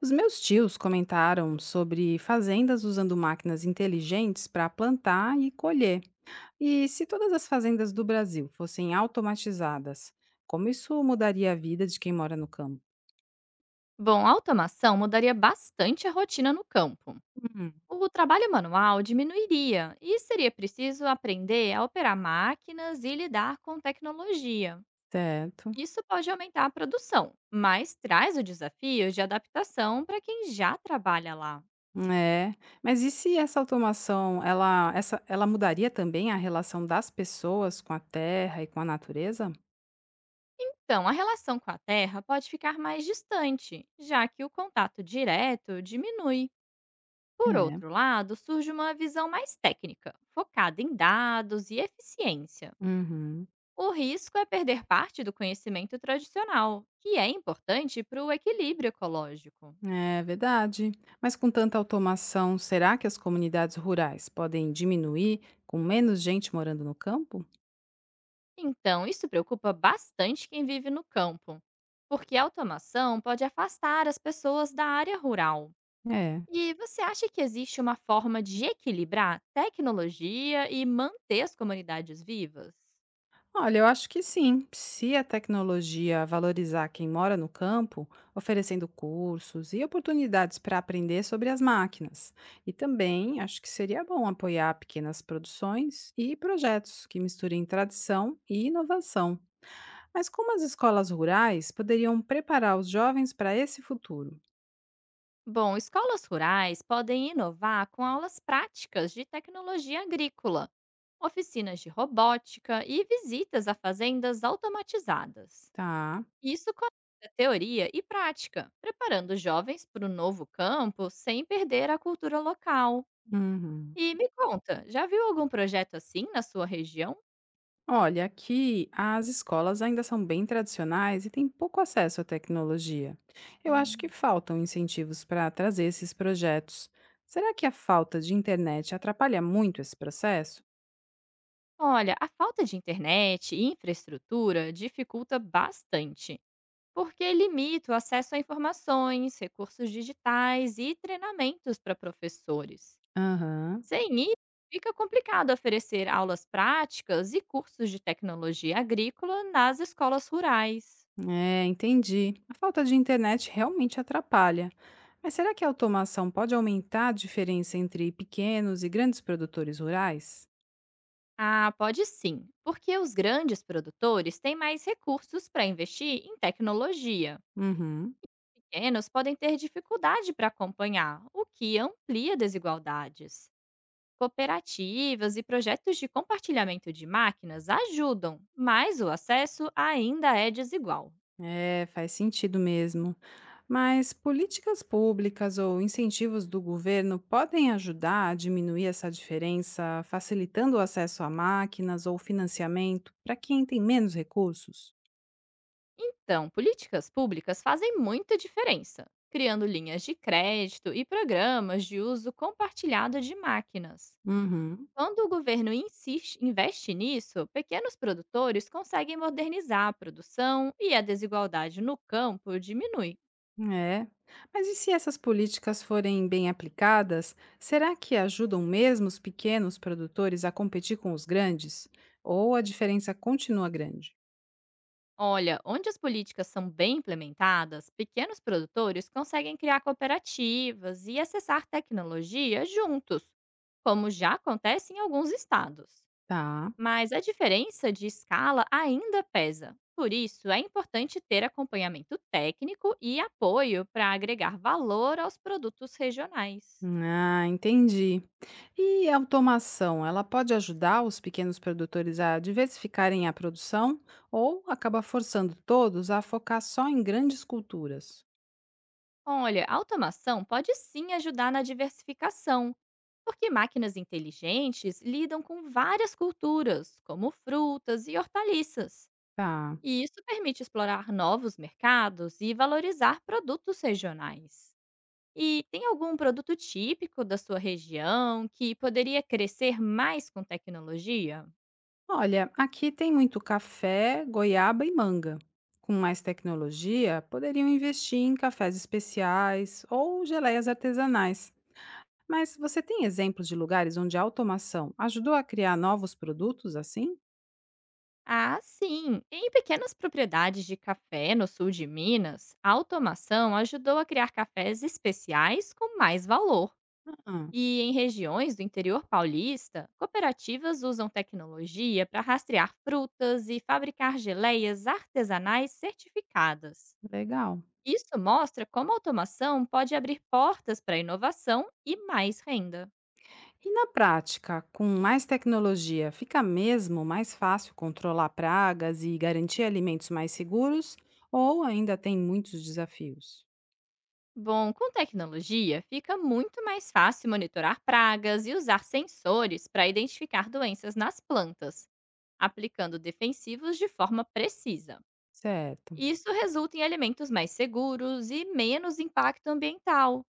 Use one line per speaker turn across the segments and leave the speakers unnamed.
Os meus tios comentaram sobre fazendas usando máquinas inteligentes para plantar e colher. E se todas as fazendas do Brasil fossem automatizadas, como isso mudaria a vida de quem mora no campo?
Bom, a automação mudaria bastante a rotina no campo.
Hum,
O trabalho manual diminuiria e seria preciso aprender a operar máquinas e lidar com tecnologia.
certo.
Isso pode aumentar a produção, mas traz o desafio de adaptação para quem já trabalha lá.
É. Mas e se essa automação, ela mudaria também a relação das pessoas com a terra e com a natureza?
Então, a relação com a terra pode ficar mais distante, já que o contato direto diminui. Por
É.
outro lado, surge uma visão mais técnica, focada em dados e eficiência.
Uhum.
O risco é perder parte do conhecimento tradicional, que é importante para o equilíbrio ecológico.
É verdade. Mas com tanta automação, será que as comunidades rurais podem diminuir com menos gente morando no campo?
Então, isso preocupa bastante quem vive no campo, porque a automação pode afastar as pessoas da área rural.
É.
E você acha que existe uma forma de equilibrar tecnologia e manter as comunidades vivas?
Olha, eu acho que sim. Se a tecnologia valorizar quem mora no campo, oferecendo cursos e oportunidades para aprender sobre as máquinas. E também acho que seria bom apoiar pequenas produções e projetos que misturem tradição e inovação. Mas como as escolas rurais poderiam preparar os jovens para esse futuro?
Bom, escolas rurais podem inovar com aulas práticas de tecnologia agrícola, oficinas de robótica e visitas a fazendas automatizadas.
Tá.
Isso conecta teoria e prática, preparando jovens para o novo campo sem perder a cultura local.
Uhum.
E me conta, já viu algum projeto assim na sua região?
Olha, aqui as escolas ainda são bem tradicionais e têm pouco acesso à tecnologia. Eu acho que
Hum.
faltam incentivos para trazer esses projetos. Será que a falta de internet atrapalha muito esse processo?
Olha, a falta de internet e infraestrutura dificulta bastante, porque limita o acesso a informações, recursos digitais e treinamentos para professores.
Aham,
Sem isso, fica complicado oferecer aulas práticas e cursos de tecnologia agrícola nas escolas rurais.
é, entendi. A falta de internet realmente atrapalha. Mas será que a automação pode aumentar a diferença entre pequenos e grandes produtores rurais?
Ah, pode sim, porque os grandes produtores têm mais recursos para investir em tecnologia.
Uhum.
Pequenos podem ter dificuldade para acompanhar, o que amplia desigualdades. Cooperativas e projetos de compartilhamento de máquinas ajudam, mas o acesso ainda é desigual.
É, faz sentido mesmo. Mas políticas públicas ou incentivos do governo podem ajudar a diminuir essa diferença, facilitando o acesso a máquinas ou financiamento para quem tem menos recursos?
Então, políticas públicas fazem muita diferença, criando linhas de crédito e programas de uso compartilhado de máquinas.
Uhum.
Quando o governo investe nisso, pequenos produtores conseguem modernizar a produção e a desigualdade no campo diminui.
É. Mas e se essas políticas forem bem aplicadas, será que ajudam mesmo os pequenos produtores a competir com os grandes? Ou a diferença continua grande?
Olha, onde as políticas são bem implementadas, pequenos produtores conseguem criar cooperativas e acessar tecnologia juntos, como já acontece em alguns estados.
Tá.
Mas a diferença de escala ainda pesa. Por isso, é importante ter acompanhamento técnico e apoio para agregar valor aos produtos regionais.
Ah, entendi. E a automação, ela pode ajudar os pequenos produtores a diversificarem a produção ou acaba forçando todos a focar só em grandes culturas?
Olha, a automação pode sim ajudar na diversificação, porque máquinas inteligentes lidam com várias culturas, como frutas e hortaliças.
Tá.
E isso permite explorar novos mercados e valorizar produtos regionais. E tem algum produto típico da sua região que poderia crescer mais com tecnologia?
Olha, aqui tem muito café, goiaba e manga. Com mais tecnologia, poderiam investir em cafés especiais ou geleias artesanais. Mas você tem exemplos de lugares onde a automação ajudou a criar novos produtos assim?
Ah, sim! Em pequenas propriedades de café no sul de Minas, a automação ajudou a criar cafés especiais com mais valor.
Ah,
E em regiões do interior paulista, cooperativas usam tecnologia para rastrear frutas e fabricar geleias artesanais certificadas.
legal.
Isso mostra como a automação pode abrir portas para inovação e mais renda.
E na prática, com mais tecnologia, fica mesmo mais fácil controlar pragas e garantir alimentos mais seguros? Ou ainda tem muitos desafios?
Bom, com tecnologia fica muito mais fácil monitorar pragas e usar sensores para identificar doenças nas plantas, aplicando defensivos de forma precisa.
Certo.
Isso resulta em alimentos mais seguros e menos impacto ambiental.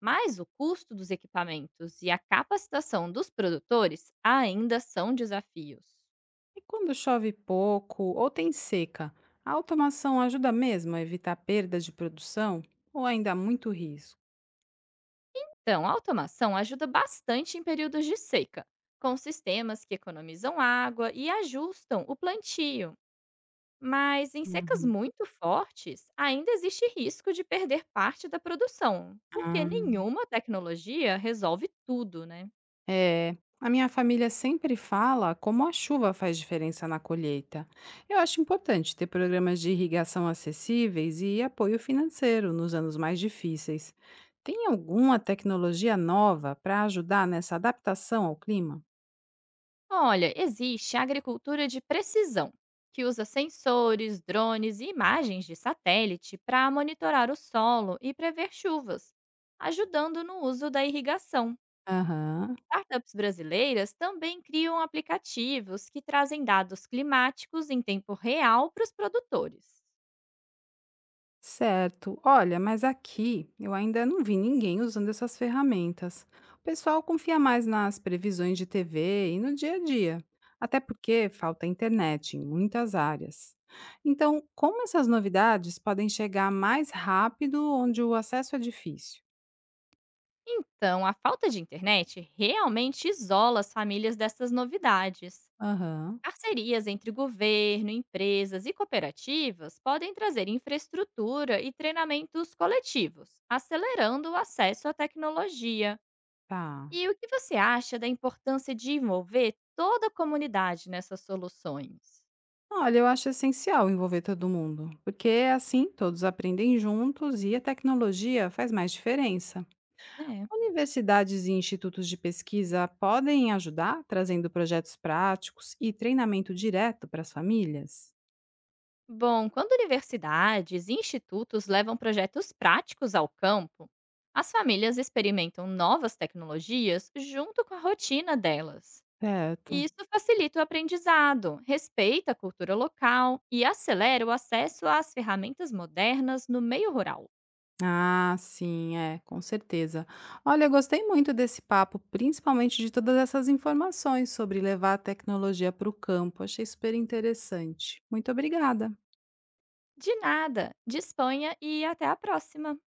Mas o custo dos equipamentos e a capacitação dos produtores ainda são desafios.
E quando chove pouco ou tem seca, a automação ajuda mesmo a evitar perda de produção? Ou ainda há muito risco?
Então, a automação ajuda bastante em períodos de seca, com sistemas que economizam água e ajustam o plantio. Mas em secas
Uhum.
muito fortes, ainda existe risco de perder parte da produção, porque nenhuma tecnologia resolve tudo, né?
É, a minha família sempre fala como a chuva faz diferença na colheita. Eu acho importante ter programas de irrigação acessíveis e apoio financeiro nos anos mais difíceis. Tem alguma tecnologia nova para ajudar nessa adaptação ao clima?
Olha, existe a agricultura de precisão, que usa sensores, drones e imagens de satélite para monitorar o solo e prever chuvas, ajudando no uso da irrigação.
Aham.
Startups brasileiras também criam aplicativos que trazem dados climáticos em tempo real para os produtores.
Certo. Olha, mas aqui eu ainda não vi ninguém usando essas ferramentas. O pessoal confia mais nas previsões de TV e no dia a dia, até porque falta internet em muitas áreas. Então, como essas novidades podem chegar mais rápido onde o acesso é difícil?
Então, a falta de internet realmente isola as famílias dessas novidades.
Aham,
Parcerias entre governo, empresas e cooperativas podem trazer infraestrutura e treinamentos coletivos, acelerando o acesso à tecnologia.
tá.
E o que você acha da importância de envolver toda a comunidade nessas soluções?
Olha, eu acho essencial envolver todo mundo, porque é assim todos aprendem juntos e a tecnologia faz mais diferença.
É.
Universidades e institutos de pesquisa podem ajudar, trazendo projetos práticos e treinamento direto para as famílias?
Bom, quando universidades e institutos levam projetos práticos ao campo, as famílias experimentam novas tecnologias junto com a rotina delas. E
Certo.
isso facilita o aprendizado, respeita a cultura local e acelera o acesso às ferramentas modernas no meio rural.
Ah, sim, é, com certeza. Olha, eu gostei muito desse papo, principalmente de todas essas informações sobre levar a tecnologia para o campo. Achei super interessante. Muito obrigada.
De nada, disponha e até a próxima!